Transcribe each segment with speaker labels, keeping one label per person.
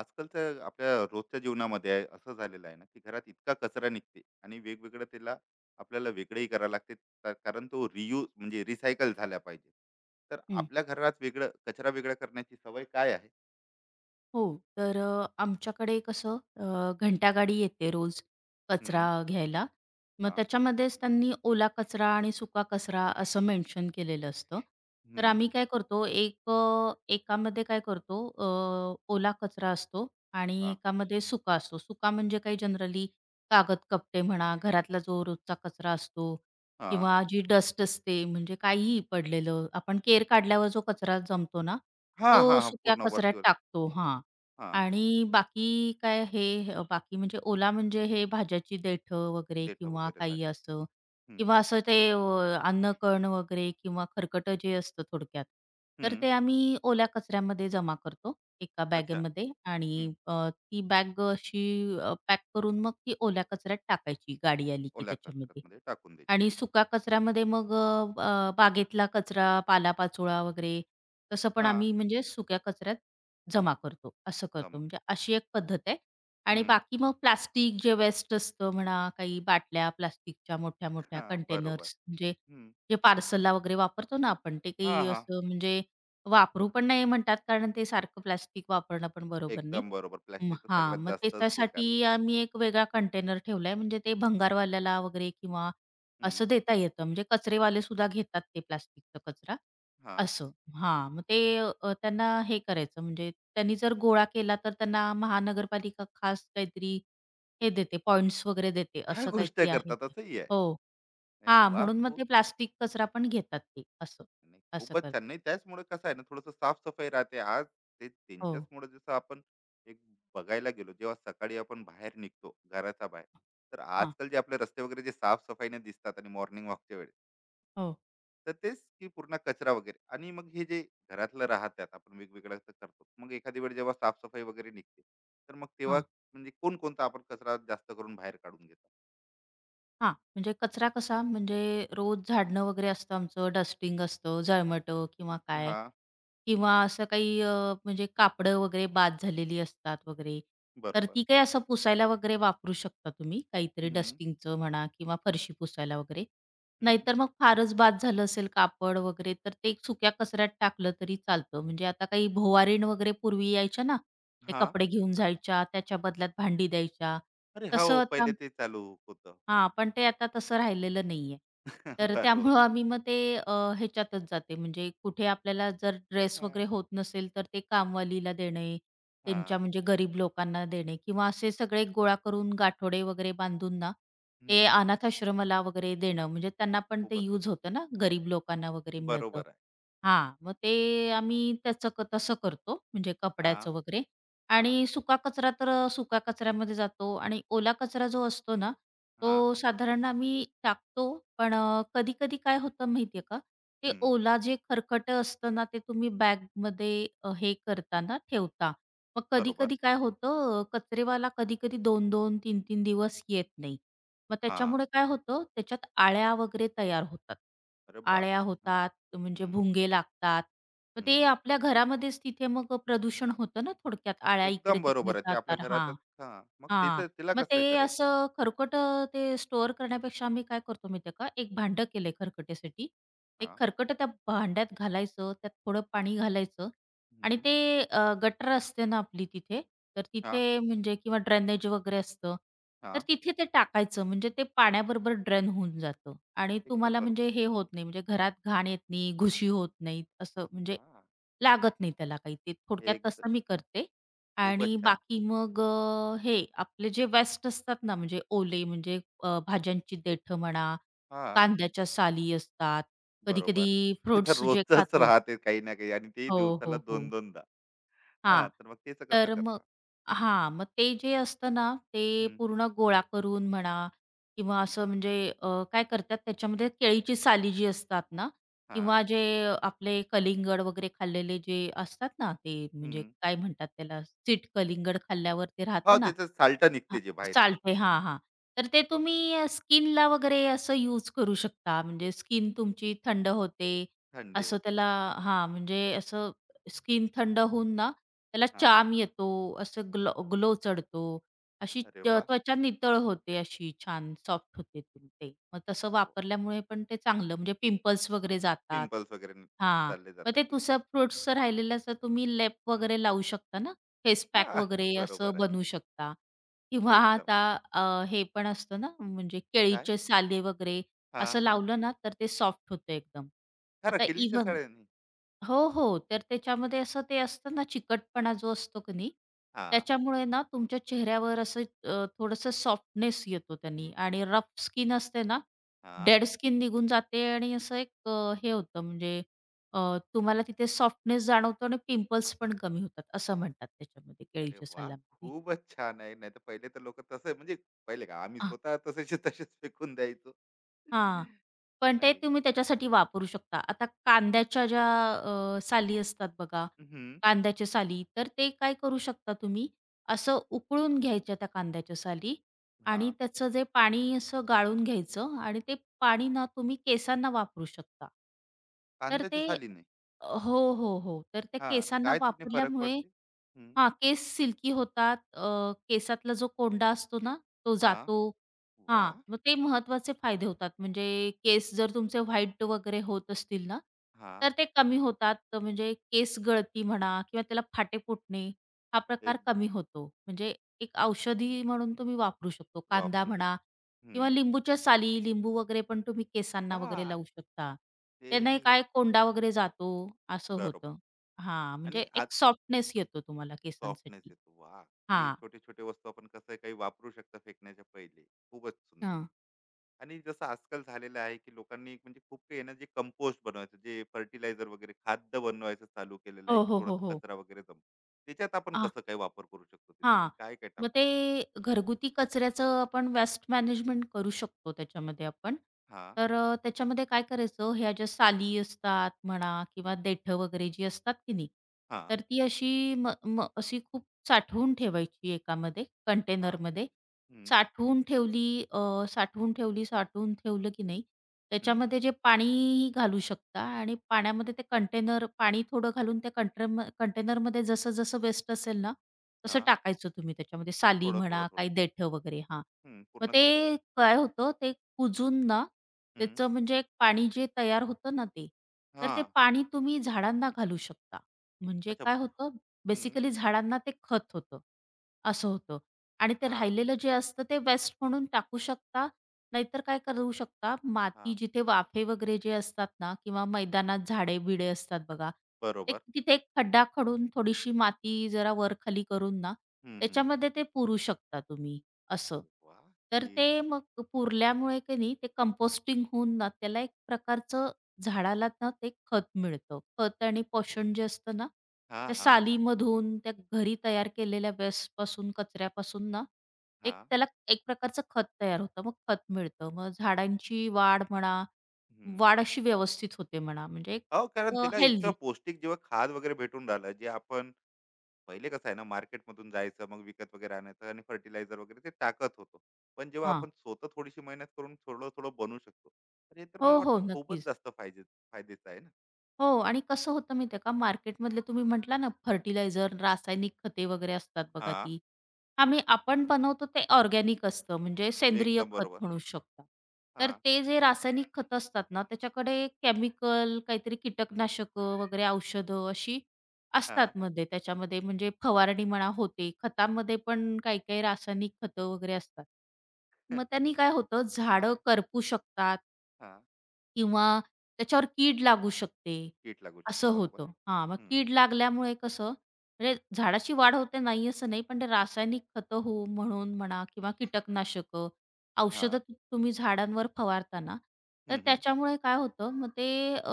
Speaker 1: आजकालच्या आपल्या रोजच्या जीवनामध्ये आहे, असं झालेलं आहे ना की घरात इतका कचरा निघते आणि वेगवेगळं त्याला आपल्याला वेगळंही करावं लागते तर- कारण तो रियूज म्हणजे रिसायकल झाला पाहिजे. तर
Speaker 2: हं.
Speaker 1: आपल्या घरात वेगळं कचरा वेगळा करण्याची सवय काय आहे?
Speaker 2: हो, तर आमच्याकडे कसं घंटागाडी येते रोज कचरा
Speaker 1: हम्म,
Speaker 2: घ्यायला. मग
Speaker 1: हा.
Speaker 2: त्याच्यामध्येच त्यांनी ओला कचरा आणि सुका कचरा असं मेन्शन केलेलं असतं. तर
Speaker 1: हम्म,
Speaker 2: आम्ही काय करतो, एक एकामध्ये काय करतो ओला कचरा असतो आणि
Speaker 1: हा
Speaker 2: एकामध्ये सुका असतो. सुका म्हणजे काही जनरली कागद कपटे म्हणा, घरातला जो रोजचा कचरा असतो
Speaker 1: हा
Speaker 2: किंवा जी डस्ट असते म्हणजे काहीही पडलेलं. आपण केर काढल्यावर जो कचरा जमतो ना,
Speaker 1: हा
Speaker 2: तो
Speaker 1: हा. हा,
Speaker 2: सुक्या
Speaker 1: पूर्ण
Speaker 2: कचऱ्यात
Speaker 1: वरतीवर.
Speaker 2: टाकतो. हां.
Speaker 1: हा.
Speaker 2: आणि बाकी काय हे बाकी म्हणजे ओला म्हणजे हे भाज्याची देठं वगैरे
Speaker 1: देठ
Speaker 2: किंवा
Speaker 1: वगैरे
Speaker 2: काही
Speaker 1: झाले.
Speaker 2: असं
Speaker 1: हम्म,
Speaker 2: किंवा असं ते अन्नकण वगैरे किंवा खरकटं जे असतं थोडक्यात, तर
Speaker 1: हम्म.
Speaker 2: ते आम्ही ओल्या कचऱ्यामध्ये जमा करतो एका
Speaker 1: अच्छा.
Speaker 2: बॅगेमध्ये आणि
Speaker 1: हम्म.
Speaker 2: ती बॅग अशी पॅक करून मग ती ओल्या कचऱ्यात टाकायची गाडी आली की
Speaker 1: ओल्या कचऱ्यात
Speaker 2: त्याच्यामध्ये.
Speaker 1: मध्ये टाकून द्यायची.
Speaker 2: आणि सुका कचऱ्यामध्ये मग अ, अ, बागेतला कचरा, पालापाचोळा वगैरे तसं पण
Speaker 1: हा.
Speaker 2: आम्ही म्हणजे सुक्या कचऱ्यात जमा करतो, असं करतो.
Speaker 1: जमा.
Speaker 2: म्हणजे अशी एक पद्धत आहे आणि
Speaker 1: हम्म,
Speaker 2: बाकी मग प्लास्टिक जे वेस्ट असतं म्हणा, काही बाटल्या प्लास्टिकच्या मोठ्या-मोठ्या
Speaker 1: हा बरोबर.
Speaker 2: कंटेनर्स म्हणजे
Speaker 1: हम्म,
Speaker 2: जे पार्सलला वगैरे वापरतो ना आपण, ते
Speaker 1: हा
Speaker 2: काही
Speaker 1: हा.
Speaker 2: असं म्हणजे वापरू पण नाही म्हणतात, कारण ते सारखं प्लास्टिक वापरणं पण बरोबर नाही.
Speaker 1: एकदम बरोबर. प्लास्टिक तर सगळ्यात
Speaker 2: मग
Speaker 1: जास्तच बेकार.
Speaker 2: त्याच्यासाठी आम्ही एक वेगळा कंटेनर ठेवलाय, म्हणजे ते भंगारवाल्याला वगैरे किंवा
Speaker 1: हं.
Speaker 2: असं देता येतं. म्हणजे कचरेवाले सुद्धा घेतात ते प्लास्टिकचा कचरा.
Speaker 1: हां.
Speaker 2: असं. हां, मग ते त्यांना हे करायचं म्हणजे त्यांनी जर गोळा केला तर त्यांना महानगरपालिका खास काहीतरी हे देते, पॉइंट्स वगैरे देते
Speaker 1: काय
Speaker 2: असं
Speaker 1: गोष्ट
Speaker 2: काहीतरी आहे
Speaker 1: करतात
Speaker 2: ते.
Speaker 1: असंही आहे.
Speaker 2: हो.
Speaker 1: नाही
Speaker 2: हां,
Speaker 1: वाह!
Speaker 2: म्हणून मग
Speaker 1: खूप.
Speaker 2: ते प्लास्टिक कचरा पण घेतात ते असं.
Speaker 1: नाही
Speaker 2: असं
Speaker 1: खूपच
Speaker 2: करतात.
Speaker 1: छान. नाही त्याचमुळे कसं आहे ना थोडंसं साफ-सफाई राहते. आज ते
Speaker 2: हो.
Speaker 1: त्यांच्याचमुळे जसं आपण एक बघायला गेलो, जेव्हा सकाळी आपण बाहेर निघतो घराच्या बाहेर, तर
Speaker 2: हां.
Speaker 1: आजकाल जे आपले रस्ते वगैरे जे साफ दिसतात आणि मॉर्निंग वॉकच्या वेळेस,
Speaker 2: हो.
Speaker 1: तर तेच की पूर्ण कचरा वगैरे आणि मग हे जे घरातलं राहतात आपण वेगवेगळं असं करतो. मग एखादी वेळ जेव्हा साफ वगैरे निघते, तर मग तेव्हा
Speaker 2: हां.
Speaker 1: म्हणजे कोणकोणता आपण कचरा जास्त करून बाहेर काढून घेतो?
Speaker 2: हां, म्हणजे कचरा कसा म्हणजे रोज झाडणं वगैरे असतं आमचं, डस्टिंग असतं, झळमटं किंवा काय
Speaker 1: हां,
Speaker 2: किंवा असं काही म्हणजे कापडं वगैरे बाद झालेली असतात वगैरे. तर
Speaker 1: बरोबर.
Speaker 2: ती काही असं पुसायला वगैरे वापरू शकता तुम्ही, काहीतरी
Speaker 1: हं,
Speaker 2: डस्टिंगचं म्हणा किंवा फरशी पुसायला वगैरे.
Speaker 1: हं.
Speaker 2: नाहीतर मग फारच बाद झालं असेल कापड वगैरे, तर ते एक सुक्या कचऱ्यात टाकलं तरी चालतं. म्हणजे आता काही भोवारीण वगैरे पूर्वी यायच्या ना, ते
Speaker 1: हां.
Speaker 2: कपडे घेऊन जायच्या, त्याच्या बदल्यात भांडी द्यायच्या.
Speaker 1: अरे हो,
Speaker 2: तसं आता
Speaker 1: पहिले ते चालू होतं.
Speaker 2: हां, पण ते आता तसं राहिलेलं नाहीये. तर
Speaker 1: बरोबर.
Speaker 2: त्यामुळं आम्ही मग ते ह्याच्यातच जाते म्हणजे कुठे आपल्याला जर ड्रेस वगैरे
Speaker 1: हं.
Speaker 2: होत नसेल, तर ते कामवालीला देणे,
Speaker 1: हां.
Speaker 2: त्यांच्या म्हणजे गरीब लोकांना देणे किंवा असे सगळे गोळा करून गाठोडे वगैरे बांधून ना,
Speaker 1: हं.
Speaker 2: ते अनाथ आश्रमाला वगैरे देणं म्हणजे त्यांना पण ते
Speaker 1: खूपच सुंदर.
Speaker 2: यूज होतं ना, गरीब लोकांना वगैरे मिळतं.
Speaker 1: बरोबर आहे.
Speaker 2: हां, मग ते आम्ही त्याचं तसं करतो म्हणजे
Speaker 1: हां,
Speaker 2: कपड्याचं वगैरे.
Speaker 1: हां,
Speaker 2: आणि सुका कचरा तर सुका कचऱ्यामध्ये जातो आणि ओला कचरा जो असतो ना, तो
Speaker 1: हां.
Speaker 2: साधारण आम्ही टाकतो. पण कधी-कधी काय होतं माहिती का? ते
Speaker 1: हं.
Speaker 2: ओला जे खरकटं असतं ना, ते तुम्ही बॅगमध्ये हे करताना ठेवता. मग
Speaker 1: बरोबर.
Speaker 2: कधी-कधी काय होतं, कचरेवाला कधी-कधी 2-2, 3-3 दिवस येत नाही. मग
Speaker 1: हां.
Speaker 2: त्याच्यामुळे काय होतं, त्याच्यात आळ्या वगैरे तयार होतात.
Speaker 1: अरे
Speaker 2: आळ्या
Speaker 1: बापरे! हां.
Speaker 2: होतात, म्हणजे
Speaker 1: हं,
Speaker 2: भुंगे लागतात. मग ते
Speaker 1: हं.
Speaker 2: आपल्या घरामध्येच तिथे मग प्रदूषण होतं ना थोडक्यात, आळ्या
Speaker 1: एकदम
Speaker 2: इकडे-तिकडे
Speaker 1: बरोबर आहे. ते आपल्या
Speaker 2: जातात हां.
Speaker 1: घरातच हां. मग
Speaker 2: हां.
Speaker 1: त्याचं तिला
Speaker 2: मग
Speaker 1: कसं
Speaker 2: ते
Speaker 1: करायचं?
Speaker 2: असं ते स्टोअर करण्यापेक्षा मी काय करतो माहिती का, एक भांडं केलंय खरकट्यासाठी. एक
Speaker 1: हां.
Speaker 2: खरकटं त्या भांड्यात घालायचं, त्यात थोडं पाणी घालायचं आणि
Speaker 1: हं.
Speaker 2: ते गटर असते ना आपली तिथे, तर तिथे
Speaker 1: हां,
Speaker 2: म्हणजे किंवा ड्रेनेज वगैरे असतं, तर
Speaker 1: हां.
Speaker 2: तिथे ते टाकायचं म्हणजे ते पाण्याबरोबर ड्रेन होऊन जातं आणि
Speaker 1: एकदम
Speaker 2: तुम्हाला
Speaker 1: बरोबर.
Speaker 2: म्हणजे हे होत नाही म्हणजे घरात घाण येत नाही, घुशी होत नाहीत, असं म्हणजे
Speaker 1: हां.
Speaker 2: लागत नाही त्याला काही. ते थोडक्यात
Speaker 1: एकद
Speaker 2: तसं मी करते आणि
Speaker 1: खूपच छान.
Speaker 2: बाकी
Speaker 1: हं.
Speaker 2: मग हे आपले जे वेस्ट असतात ना म्हणजे ओले म्हणजे भाज्यांची देठं म्हणा,
Speaker 1: हां.
Speaker 2: कांद्याच्या साली असतात,
Speaker 1: बरोबर.
Speaker 2: कधी-कधी
Speaker 1: हे तर
Speaker 2: फ्रुट्स जे
Speaker 1: रोजचंच
Speaker 2: खातो
Speaker 1: राहते काही ना काही आणि तेही
Speaker 2: हो,
Speaker 1: दिवसाला
Speaker 2: हो,
Speaker 1: दोन
Speaker 2: हो.
Speaker 1: दोनदा.
Speaker 2: हां.
Speaker 1: हां, तर मग त्याचं कसं
Speaker 2: तर
Speaker 1: करता?
Speaker 2: मग हां, मग ते जे असतं ना, ते
Speaker 1: हं,
Speaker 2: पूर्ण गोळा करून म्हणा किंवा
Speaker 1: हं.
Speaker 2: असं म्हणजे काय करतात त्याच्यामध्ये केळीची साली जी असतात ना
Speaker 1: हां,
Speaker 2: किंवा जे आपले कलिंगड वगैरे खाल्लेले जे असतात ना, ते म्हणजे
Speaker 1: हं.
Speaker 2: काय म्हणतात त्याला सीट कलिंगड खाल्ल्यावर ते
Speaker 1: हो,
Speaker 2: राहतं ना
Speaker 1: त्याचं साल्टं
Speaker 2: हां,
Speaker 1: निघते जे बाहेरचं.
Speaker 2: सालटे हां, हां. तर ते तुम्ही स्किनला वगैरे असं यूज करू शकता. म्हणजे स्किन तुमची थंड होते.
Speaker 1: थंडी
Speaker 2: असं
Speaker 1: होते.
Speaker 2: त्याला हां, म्हणजे असं स्किन थंड होऊन ना त्याला
Speaker 1: हां.
Speaker 2: चाम येतो, असं ग्लो ग्लो चढतो. अशी
Speaker 1: अरे वाह!
Speaker 2: त्वचा नितळ होते अशी छान सॉफ्ट होते ती ते. मग तसं
Speaker 1: हो.
Speaker 2: वापरल्यामुळे पण ते चांगलं म्हणजे पिंपल्स वगैरे जातात.
Speaker 1: पिंपल्स वगैरे नि-
Speaker 2: हां.
Speaker 1: चालले
Speaker 2: मग ते
Speaker 1: जातात.
Speaker 2: तुसर फ्रुट्सचं राहिलेलं असं तुम्ही लेप
Speaker 1: हं.
Speaker 2: वगैरे लावू शकता ना, फेस पॅक
Speaker 1: हां,
Speaker 2: वगैरे
Speaker 1: बरोबर
Speaker 2: असं
Speaker 1: आहे.
Speaker 2: बनवू शकता. किंवा
Speaker 1: एकदम.
Speaker 2: आता हे पण असतं ना म्हणजे
Speaker 1: काय?
Speaker 2: केळीचे साले वगैरे
Speaker 1: हां,
Speaker 2: असं
Speaker 1: हां.
Speaker 2: लावलं ना, तर ते सॉफ्ट होतं एकदम.
Speaker 1: हां,
Speaker 2: आता
Speaker 1: रकेलीच्या
Speaker 2: इव्हन
Speaker 1: साड्यांनी.
Speaker 2: हो, हो. तर त्याच्यामध्ये असं ते असतं ना चिकटपणा जो असतो की नाही,
Speaker 1: हां,
Speaker 2: त्याच्यामुळे ना तुमच्या चेहऱ्यावर असं थोडंसं सॉफ्टनेस येतो त्यानी आणि रफ स्किन असते ना,
Speaker 1: हां.
Speaker 2: डेड स्किन निघून जाते आणि असं एक हे होतं म्हणजे अ, तुम्हाला तिथे सॉफ्टनेस जाणवतो आणि पिंपल्स पण कमी होतात असं म्हणतात त्याच्यामध्ये
Speaker 1: अरे
Speaker 2: केळीच्या
Speaker 1: वाह!
Speaker 2: सालामध्ये.
Speaker 1: खूपच छान आहे. नाहीतर पहिले तर लोकं तसं म्हणजे पहिले काय आम्ही स्वतः तसेच्या तसेच फेकून द्यायचो.
Speaker 2: हां, पण ते
Speaker 1: नाही.
Speaker 2: तुम्ही त्याच्यासाठी वापरू शकता. आता कांद्याच्या ज्या साली असतात बघा,
Speaker 1: हं.
Speaker 2: कांद्याच्या साली, तर ते काय करू शकता तुम्ही, असं उकळून घ्यायच्या त्या कांद्याच्या साली आणि
Speaker 1: हां,
Speaker 2: त्याचं जे पाणी असं गाळून घ्यायचं आणि ते पाणी ना तुम्ही केसांना वापरू शकता. तर ते
Speaker 1: कांद्याच्या सालीने.
Speaker 2: हो, हो, हो. तर ते
Speaker 1: हां,
Speaker 2: केसांना
Speaker 1: काय तिने फरक
Speaker 2: वापरल्यामुळे
Speaker 1: पडते? हं.
Speaker 2: हां, केस सिल्की होतात. केसातला जो कोंडा असतो ना, तो
Speaker 1: हां.
Speaker 2: जातो. हां,
Speaker 1: वाह!
Speaker 2: मग ते महत्त्वाचे फायदे होतात. म्हणजे केस जर तुमचे व्हाईट वगैरे होत असतील ना,
Speaker 1: हां,
Speaker 2: तर ते कमी होतात. तर म्हणजे केस गळती म्हणा किंवा त्याला फाटे फुटणे हा प्रकार
Speaker 1: एक
Speaker 2: कमी होतो. म्हणजे एक औषधी म्हणून तुम्ही वापरू शकतो. कांदा
Speaker 1: वापरू
Speaker 2: म्हणा
Speaker 1: शकतो. हं.
Speaker 2: किंवा लिंबूच्या साली, लिंबू वगैरे पण तुम्ही केसांना वगैरे
Speaker 1: हां,
Speaker 2: लावू शकता. त्याने
Speaker 1: तेही आहे.
Speaker 2: काय कोंडा वगैरे जातो, असं
Speaker 1: बरोबर.
Speaker 2: होतं. हां, म्हणजे
Speaker 1: आणि आत
Speaker 2: एक सॉफ्टनेस येतो तुम्हाला
Speaker 1: सॉफ्टनेस
Speaker 2: केसांसाठी.
Speaker 1: येतो. वाह! की
Speaker 2: हां.
Speaker 1: छोटे-छोटे वस्तू आपण कसं काही वापरू शकतो फेकण्याच्या पहिले. खूपच सुंदर.
Speaker 2: हां.
Speaker 1: आणि जसं आजकाल झालेलं आहे, की लोकांनी एक म्हणजे खूप काही आहे ना, जे कंपोस्ट बनवायचं, जे फर्टिलायझर वगैरे खाद्य बनवायचं चालू केलेलं आहे,
Speaker 2: हो,
Speaker 1: की
Speaker 2: हो, हो,
Speaker 1: थोडासा
Speaker 2: हो.
Speaker 1: कचरा वगैरे जमतो. त्याच्यात आपण
Speaker 2: अ,
Speaker 1: कसं काय वापर करू शकतो त्याचा आणि
Speaker 2: हां.
Speaker 1: काय-काय
Speaker 2: मग
Speaker 1: टाकू
Speaker 2: ते
Speaker 1: शकतो?
Speaker 2: घरगुती कचऱ्याचं आपण वेस्ट मॅनेजमेंट करू शकतो त्याच्यामध्ये आपण.
Speaker 1: हां,
Speaker 2: तर त्याच्यामध्ये काय करायचं, ह्या ज्या साली असतात म्हणा किंवा देठं वगैरे जी असतात की नाही,
Speaker 1: हां,
Speaker 2: तर ती अशी म म अशी खूप साठवून ठेवायची एकामध्ये
Speaker 1: हां.
Speaker 2: कंटेनरमध्ये.
Speaker 1: हं,
Speaker 2: साठवून ठेवली अ, साठवून ठेवली, साठवून ठेवलं की नाही,
Speaker 1: हं, हं.
Speaker 2: त्याच्यामध्ये जे पाणीही घालू शकता आणि पाण्यामध्ये ते कंटेनर पाणी थोडं घालून त्या कंटेनरमध्ये जसं-जसं वेस्ट असेल ना, तसं
Speaker 1: हां.
Speaker 2: टाकायचं तुम्ही त्याच्यामध्ये साली
Speaker 1: थोडं, थोडं,
Speaker 2: म्हणा,
Speaker 1: थोडं.
Speaker 2: काही देठं वगैरे हां.
Speaker 1: हं.
Speaker 2: मग
Speaker 1: पूर्णचं पूर्ण.
Speaker 2: ते काय होतं, ते कुजून ना,
Speaker 1: हं.
Speaker 2: त्याचं म्हणजे एक पाणी जे तयार होतं ना ते, तर ते
Speaker 1: हां.
Speaker 2: पाणी तुम्ही झाडांना घालू शकता. म्हणजे
Speaker 1: अच्छा.
Speaker 2: काय होतं,
Speaker 1: हं.
Speaker 2: बेसिकली झाडांना ते खत होतं, असं होतं. आणि ते
Speaker 1: हां,
Speaker 2: राहिलेलं जे असतं ते वेस्ट म्हणून टाकू शकता. नाहीतर काय करू शकता, माती
Speaker 1: हां.
Speaker 2: जिथे वाफे वगैरे जे असतात ना किंवा मैदानात झाडे-बिडे असतात बघा, एक
Speaker 1: बरोबर.
Speaker 2: तिथे एक खड्डा खडून थोडीशी माती जरा वर-खाली करून ना,
Speaker 1: हं, हं.
Speaker 2: त्याच्यामध्ये ते पुरू शकता तुम्ही असं.
Speaker 1: वाह!
Speaker 2: तर
Speaker 1: की
Speaker 2: ते मग पुरल्यामुळे की नाही ते कंपोस्टिंग होऊन ना त्याला एक प्रकारचं झाडाला ना ते खत मिळतं. खत आणि पोषण जे असतं ना,
Speaker 1: हां,
Speaker 2: त्या
Speaker 1: हां, हां,
Speaker 2: सालीमधून, त्या घरी तयार केलेल्या वेस्टपासून, कचऱ्यापासून ना, एक
Speaker 1: हां.
Speaker 2: त्याला एक प्रकारचं खत तयार होतं. मग खत मिळतं. मग झाडांची वाढ म्हणा,
Speaker 1: हं.
Speaker 2: वाढ अशी व्यवस्थित होते म्हणा म्हणजे
Speaker 1: हो, कारण तिला इतकं
Speaker 2: हेल्दी.
Speaker 1: पौष्टिक जेव्हा खाद वगैरे भेटून राहिलं, जे आपण पहिले कसं आहे ना मार्केटमधून जायचं, मग विकत वगैरे आणायचं आणि फर्टिलायझर वगैरे ते टाकत होतो. पण जेव्हा आपण स्वतः थोडीशी मेहनत करून थोडं-थोडं बनवू शकतो, तर हे तर
Speaker 2: हो,
Speaker 1: मला
Speaker 2: हो.
Speaker 1: वाटतं खूपच
Speaker 2: नक्कीच.
Speaker 1: जास्त फायदे फायद्याचं आहे ना?
Speaker 2: हो आणि कसं होतं माहिती आहे का, मार्केटमधले तुम्ही म्हटला ना फर्टिलायझर, रासायनिक खते वगैरे असतात बघा
Speaker 1: हां.
Speaker 2: ती. आपण बनवतो ते ऑर्गॅनिक असतं म्हणजे सेंद्रिय
Speaker 1: एकदम
Speaker 2: खत
Speaker 1: बरोबर.
Speaker 2: म्हणू शकता. तर
Speaker 1: हां,
Speaker 2: ते जे रासायनिक खतं असतात ना, त्याच्याकडे केमिकल, काहीतरी कीटकनाशकं वगैरे औषधं अशी
Speaker 1: हां.
Speaker 2: असतात मध्ये त्याच्यामध्ये म्हणजे फवारणी म्हणा होते. खतामध्ये पण काही-काही रासायनिक खतं वगैरे असतात. मग त्यांनी काय होतं, झाडं
Speaker 1: हां,
Speaker 2: करपू शकतात
Speaker 1: हां.
Speaker 2: किंवा त्याच्यावर कीड लागू शकते,
Speaker 1: कीड लागू शकते.
Speaker 2: असं
Speaker 1: बरोबर.
Speaker 2: होतं. हां, मग
Speaker 1: हं.
Speaker 2: कीड लागल्यामुळे कसं म्हणजे झाडाची वाढ होते नाही असं नाही, पण ते रासायनिक खतं होऊ म्हणून म्हणा किंवा कीटकनाशकं, औषधं
Speaker 1: हां.
Speaker 2: तुम्ही झाडांवर फवारता ना, तर
Speaker 1: हं, हं.
Speaker 2: त्याच्यामुळे काय होतं मग ते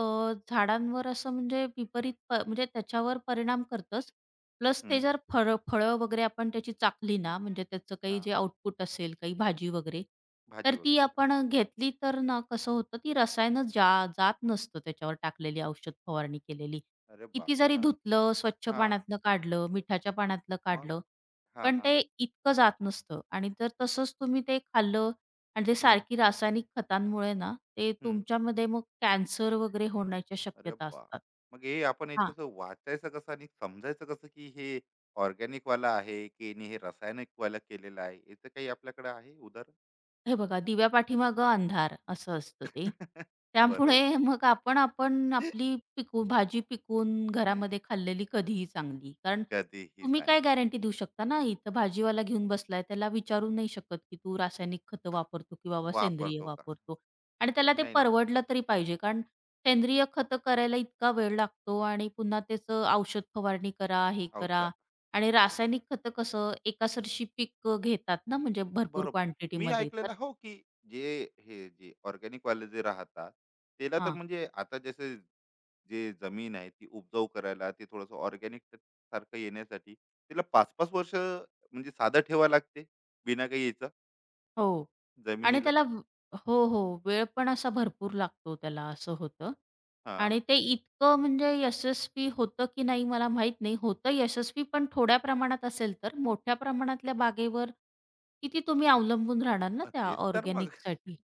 Speaker 2: झाडांवर असं म्हणजे विपरीत प म्हणजे त्याच्यावर परिणाम करतंच. प्लस ते
Speaker 1: हं.
Speaker 2: जर फळं फळं वगैरे आपण त्याची चाखली ना, म्हणजे त्याचं काही
Speaker 1: हां.
Speaker 2: जे आउटपुट असेल, काही भाजी वगैरे,
Speaker 1: भाजी
Speaker 2: तर ती
Speaker 1: वगैरेचं.
Speaker 2: आपण घेतली तर ना कसं होतं, ती रसायनं जा जात नसतं त्याच्यावर टाकलेली औषध फवारणी केलेली.
Speaker 1: अरे
Speaker 2: किती
Speaker 1: बापरे!
Speaker 2: जरी
Speaker 1: हां,
Speaker 2: धुतलं, स्वच्छ
Speaker 1: हां.
Speaker 2: पाण्यातनं काढलं, मिठाच्या पाण्यातलं
Speaker 1: मग?
Speaker 2: काढलं,
Speaker 1: हां,
Speaker 2: पण
Speaker 1: हां.
Speaker 2: ते इतकं जात नसतं आणि जर तसंच तुम्ही ते खाल्लं आणि ते
Speaker 1: हं,
Speaker 2: सारखी रासायनिक खतांमुळे ना, ते
Speaker 1: हं.
Speaker 2: तुमच्यामध्ये मग कॅन्सर वगैरे होण्याच्या
Speaker 1: अरे
Speaker 2: शक्यता
Speaker 1: बाप!
Speaker 2: असतात.
Speaker 1: मग हे आपण
Speaker 2: हां.
Speaker 1: याच्याचं वाचायचं कसं आणि समजायचं कसं, की हे ऑर्गॅनिक वाला आहे, की नी हे रासायनिक वाला केलेलं आहे? याचं काही आपल्याकडे आहे उदाहरण?
Speaker 2: हे बघा, दिव्यापाठीमागं अंधार असं असतं ते. त्यामुळे
Speaker 1: बरोबर.
Speaker 2: मग आपण आपण आपली भाजी पिकवून घरामध्ये खाल्लेली कधीही चांगली. कारण
Speaker 1: कधीही
Speaker 2: तुम्ही काय
Speaker 1: चांगली.
Speaker 2: गॅरंटी देऊ शकता ना, इथं भाजीवाला घेऊन बसलाय, त्याला विचारू नाही शकत, की तू रासायनिक खतं वापरतो की बाबा सेंद्रिय
Speaker 1: वापरतो का?
Speaker 2: वापरतो. आणि त्याला ते
Speaker 1: नाही, नाही.
Speaker 2: परवडलं तरी पाहिजे. कारण सेंद्रिय खतं करायला इतका वेळ लागतो आणि पुन्हा त्याचं औषध फवारणी करा, हे करा
Speaker 1: औषध.
Speaker 2: आणि रासायनिक खतं कसं एकासरशी पीक घेतात ना, म्हणजे भरपूर
Speaker 1: बरोबर. मी
Speaker 2: क्वांटिटीमध्ये. तर
Speaker 1: ऐकलेलं हो, की जे हे जे ऑर्गॅनिक वाले जे राहतात, त्याला तर
Speaker 2: हां.
Speaker 1: म्हणजे आता जसं जे जमीन आहे ती उपजाऊ करायला, ते थोडंसं ऑर्गॅनिक सारखं येण्यासाठी त्याला 5-5 वर्ष म्हणजे साधं ठेवा लागते, बिना काही याचं
Speaker 2: हो. आणि
Speaker 1: जमिनीला.
Speaker 2: त्याला व हो, हो. वेळ पण असा भरपूर लागतो त्याला असं होतं.
Speaker 1: हां,
Speaker 2: आणि ते इतकं म्हणजे यशस्वी होतं की नाही मला माहीत नाही. होतं यशस्वी पण थोड्या प्रमाणात असेल तर. मोठ्या प्रमाणातल्या बागेवर किती तुम्ही अवलंबून राहणार ना त्या
Speaker 1: तेच तर मग
Speaker 2: ऑर्गॅनिकसाठी.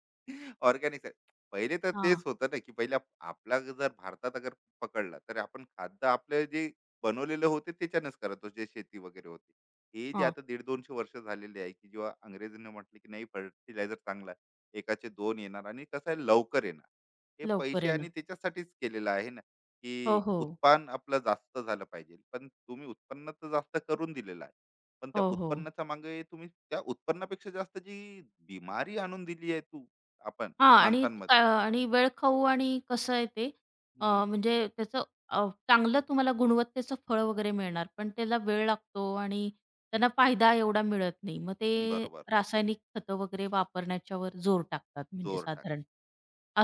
Speaker 1: ऑर्गॅनिक आहे. पहिले तर
Speaker 2: हां,
Speaker 1: तेच होतं ना, की पहिले आपला जर भारतात अगर पकडला, तर आपण खाद्य आपले जे बनवलेलं होते त्याच्यानंच करत होतो, जे शेती वगैरे होती. हे जे
Speaker 2: हां.
Speaker 1: आता 150-200 वर्ष झालेले आहे, की जेव्हा अंग्रेजांनी म्हटलं, की नाही फर्टिलायझर चांगला आहे. एकाचे 2 येणार आणि कसं आहे लवकर येणार. हे
Speaker 2: लवकर
Speaker 1: पैसे आणि
Speaker 2: येणार.
Speaker 1: त्याच्यासाठीच केलेलं आहे ना,
Speaker 2: हो,
Speaker 1: की
Speaker 2: हो.
Speaker 1: उत्पन्न आपलं जास्त झालं पाहिजे. पण तुम्ही उत्पन्न तर जास्त करून दिलेलं आहे. पण त्या
Speaker 2: हो, हो.
Speaker 1: उत्पन्नाच्या मागे तुम्ही त्या उत्पन्नापेक्षा जास्त जी बिमारी आणून दिली आहे तू आपण
Speaker 2: हां आणि
Speaker 1: माणसांमध्ये.
Speaker 2: आणि वेळखाऊ आणि कसं आहे ते
Speaker 1: हम्म,
Speaker 2: म्हणजे त्याचं चांगलं तुम्हाला गुणवत्तेचं फळ वगैरे मिळणार, पण त्याला वेळ लागतो आणि त्यांना फायदा एवढा मिळत नाही. मग ते
Speaker 1: बरोबर.
Speaker 2: रासायनिक खतं वगैरे वापरण्याच्यावर जोर टाकतात म्हणजे
Speaker 1: जोर टाक.
Speaker 2: साधारण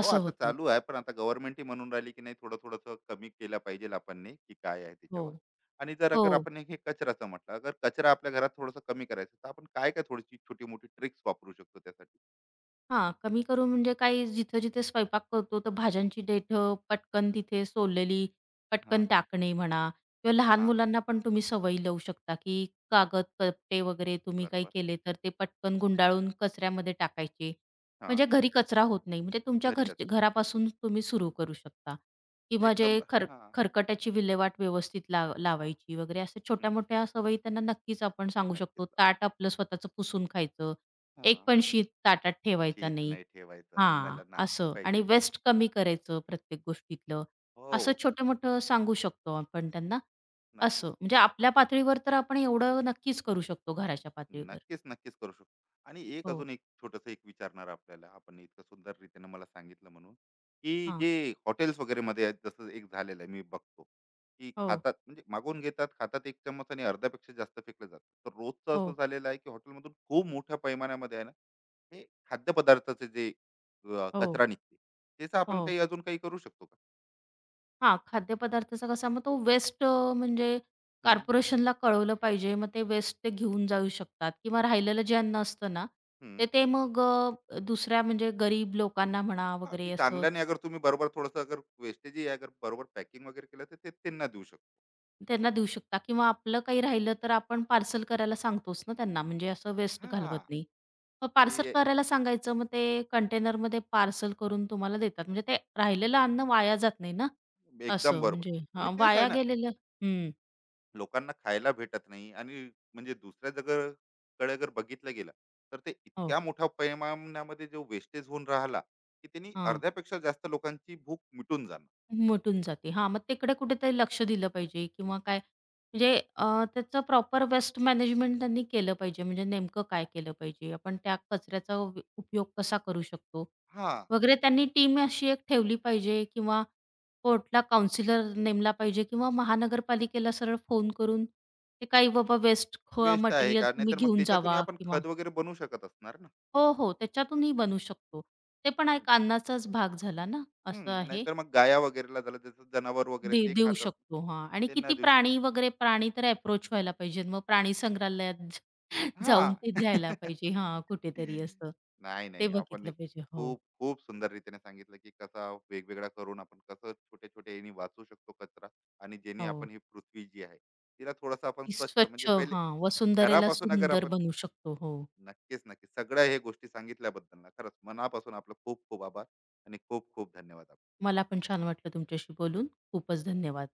Speaker 1: हो आता
Speaker 2: होतं.
Speaker 1: चालू आहे पण आता गव्हर्नमेंट ही म्हणून राहिली की नाही थोडं थोडंसं कमी केलं पाहिजे आपण की काय आहे
Speaker 2: हो.
Speaker 1: त्याच्यावर. आणि जर अगर
Speaker 2: हो.
Speaker 1: आपण हे कचराचं म्हटलं अगर कचरा आपल्या घरात थोडंसं कमी करायचं तर आपण काय काय थोडीशी छोटी मोठी ट्रिक्स वापरू शकतो त्यासाठी?
Speaker 2: हां, कमी करू म्हणजे काही जिथे-जिथे स्वयंपाक करतो, तर भाज्यांची देठं पटकन तिथे सोललेली
Speaker 1: हा.
Speaker 2: पटकन टाकणे म्हणा किंवा लहान
Speaker 1: हा.
Speaker 2: मुलांना पण तुम्ही सवयी लावू शकता, की कागद, कपडे वगैरे तुम्ही काही
Speaker 1: बरोबर.
Speaker 2: केले, तर ते पटकन गुंडाळून कचऱ्यामध्ये टाकायचे.
Speaker 1: हा.
Speaker 2: म्हणजे घरी कचरा होत नाही. म्हणजे तुमच्या
Speaker 1: घरी कचरा.
Speaker 2: घरापासून तुम्ही सुरू करू शकता किंवा जे
Speaker 1: एकदम ब-
Speaker 2: खर
Speaker 1: हा.
Speaker 2: खरकट्याची विल्हेवाट व्यवस्थित लावायची वगैरे, अशा
Speaker 1: हम्म,
Speaker 2: छोट्या-मोठ्या सवयी त्यांना नक्कीच आपण सांगू
Speaker 1: नक्कीच
Speaker 2: शकतो.
Speaker 1: लाव.
Speaker 2: ताट आपलं स्वतःचं पुसून खायचं एक
Speaker 1: हा.
Speaker 2: पण शीत ताटात ठेवायचा
Speaker 1: शीत
Speaker 2: नाही.
Speaker 1: नाही ठेवायचं
Speaker 2: हां,
Speaker 1: अन्नाला नाश
Speaker 2: असं
Speaker 1: पाहिजे.
Speaker 2: आणि वेस्ट कमी करायचं प्रत्येक गोष्टीतलं.
Speaker 1: हो.
Speaker 2: असं छोटं-मोठं सांगू शकतो आपण त्यांना.
Speaker 1: नक्की.
Speaker 2: असं म्हणजे आपल्या पातळीवर तर आपण एवढं नक्कीच करू शकतो घराच्या पातळीवर.
Speaker 1: नक्कीच, नक्कीच करू शकतो. आणि एक
Speaker 2: हो.
Speaker 1: अजून एक छोटंसं एक विचारणार आपल्याला, आपण इतकं सुंदर रीतीने मला सांगितलं म्हणून, की
Speaker 2: हां.
Speaker 1: जे हॉटेल्स वगैरेमध्ये आहेत, जसं एक झालेलं आहे मी बघतो, की
Speaker 2: हो,
Speaker 1: खातात म्हणजे मागवून घेतात, खातात एक चम्मच आणि अर्ध्यापेक्षा जास्त फेकलं जातं. तर रोजचं
Speaker 2: हो,
Speaker 1: असं झालेलं आहे, की हॉटेलमधून खूप मोठ्या पैमानामध्ये आहे ना, हे खाद्यपदार्थाचे जे
Speaker 2: हो,
Speaker 1: कचरा निघते, त्याचा आपण
Speaker 2: हो.
Speaker 1: काही अजून काही करू शकतो का?
Speaker 2: हां, खाद्यपदार्थाचा कसा मग तो वेस्ट म्हणजे
Speaker 1: हं,
Speaker 2: कॉर्पोरेशनला कळवलं पाहिजे. मग ते वेस्ट ते घेऊन जाऊ शकतात किंवा राहिलेलं जे अन्न असतं ना,
Speaker 1: हं.
Speaker 2: ते ते मग दुसऱ्या म्हणजे गरीब लोकांना म्हणा
Speaker 1: हां, की
Speaker 2: वगैरे असं
Speaker 1: चांगल्याने अगर तुम्ही बरोबर थोडंसं अगर वेस्टेजही अगर बरोबर पॅकिंग वगैरे केलं, तर ते त्यांना देऊ शकतो.
Speaker 2: त्यांना देऊ शकता किंवा आपलं काही राहिलं तर आपण पार्सल करायला सांगतोच ना त्यांना, म्हणजे असं वेस्ट घालवत
Speaker 1: हां,
Speaker 2: नाही. मग पार्सल
Speaker 1: की
Speaker 2: करायला सांगायचं, मग ते कंटेनरमध्ये पार्सल करून तुम्हाला देतात. म्हणजे ते राहिलेलं अन्न वाया जात नाही ना,
Speaker 1: एकदम
Speaker 2: असं म्हणजे
Speaker 1: बरोबर मी
Speaker 2: हां,
Speaker 1: तेच आहे
Speaker 2: वाया
Speaker 1: ना.
Speaker 2: गेलेलं हं.
Speaker 1: लोकांना खायला भेटत नाही आणि म्हणजे दुसऱ्या जग कडे जर बघितलं गेलं तर ते
Speaker 2: हो.
Speaker 1: इतक्या मोठ्या परिमाणामध्ये जो वेस्टेज होऊन राहिला की त्यांनी अर्ध्यापेक्षा जास्त लोकांची भूक मिटून जाणार.
Speaker 2: मिटून जाते. हां, मग तिकडे कुठेतरी लक्ष दिलं पाहिजे किंवा काय म्हणजे त्याचं प्रॉपर वेस्ट मॅनेजमेंट त्यांनी केलं पाहिजे. म्हणजे नेमकं काय केलं पाहिजे? आपण त्या कचऱ्याचा उपयोग कसा करू शकतो?
Speaker 1: हा
Speaker 2: वगैरे त्यांनी टीम अशी एक ठेवली पाहिजे किंवा कोर्टला काउन्सिलर नेमला पाहिजे किंवा महानगरपालिकेला सरळ फोन करून ते काही बाबा वेस्ट
Speaker 1: वेस्ट आहे
Speaker 2: मटेरियल
Speaker 1: का
Speaker 2: तुम्ही
Speaker 1: नाहीतर मग
Speaker 2: घेऊन
Speaker 1: त्याच्यातून
Speaker 2: जावा
Speaker 1: आपण
Speaker 2: किंवा
Speaker 1: खत वगैरे बनवू शकत असणार ना
Speaker 2: हो, हो. त्याच्यातूनही बनू शकतो. ते पण
Speaker 1: कारण.
Speaker 2: एक अन्नाचाच भाग झाला ना, असं
Speaker 1: हम्म,
Speaker 2: आहे.
Speaker 1: नाहीतर मग गाया वगैरेला झालं जसं जनावर वगैरे ते
Speaker 2: देऊ
Speaker 1: खात असणार.
Speaker 2: शकतो. हां. आणि
Speaker 1: त्यांना
Speaker 2: किती
Speaker 1: देऊ.
Speaker 2: प्राणी वगैरे प्राणी तर अप्रोच व्हायला पाहिजेत. मग प्राणी संग्रहालयात
Speaker 1: हा.
Speaker 2: जाऊन ते द्यायला पाहिजे. हां, कुठेतरी असं.
Speaker 1: नाही,
Speaker 2: ते
Speaker 1: नाही. आपण
Speaker 2: बघितलं
Speaker 1: एक
Speaker 2: पाहिजे. हो,
Speaker 1: खूप, खूप सुंदर रीतीने सांगितलं, की कसा वेगवेगळा करून आपण कसं छोट्या-छोट्या याने वाचवू शकतो कचरा आणि ज्याने
Speaker 2: हो.
Speaker 1: आपण ही पृथ्वी जी आहे, तिला थोडंसं आपण
Speaker 2: ती
Speaker 1: स्वच्छ म्हणजे
Speaker 2: स्वच्छ
Speaker 1: पहिले
Speaker 2: हां, वसुंधरेला
Speaker 1: घरापासून अगर
Speaker 2: सुंदर
Speaker 1: आपण
Speaker 2: बनवू शकतो. हो.
Speaker 1: नक्कीच, नक्कीच. सगळ्या हे गोष्टी सांगितल्याबद्दल ना खरंच मनापासून आपलं खूप खूप आभार आणि खूप खूप धन्यवाद आपले.
Speaker 2: मला पण छान वाटलं तुमच्याशी बोलून. खूपच धन्यवाद.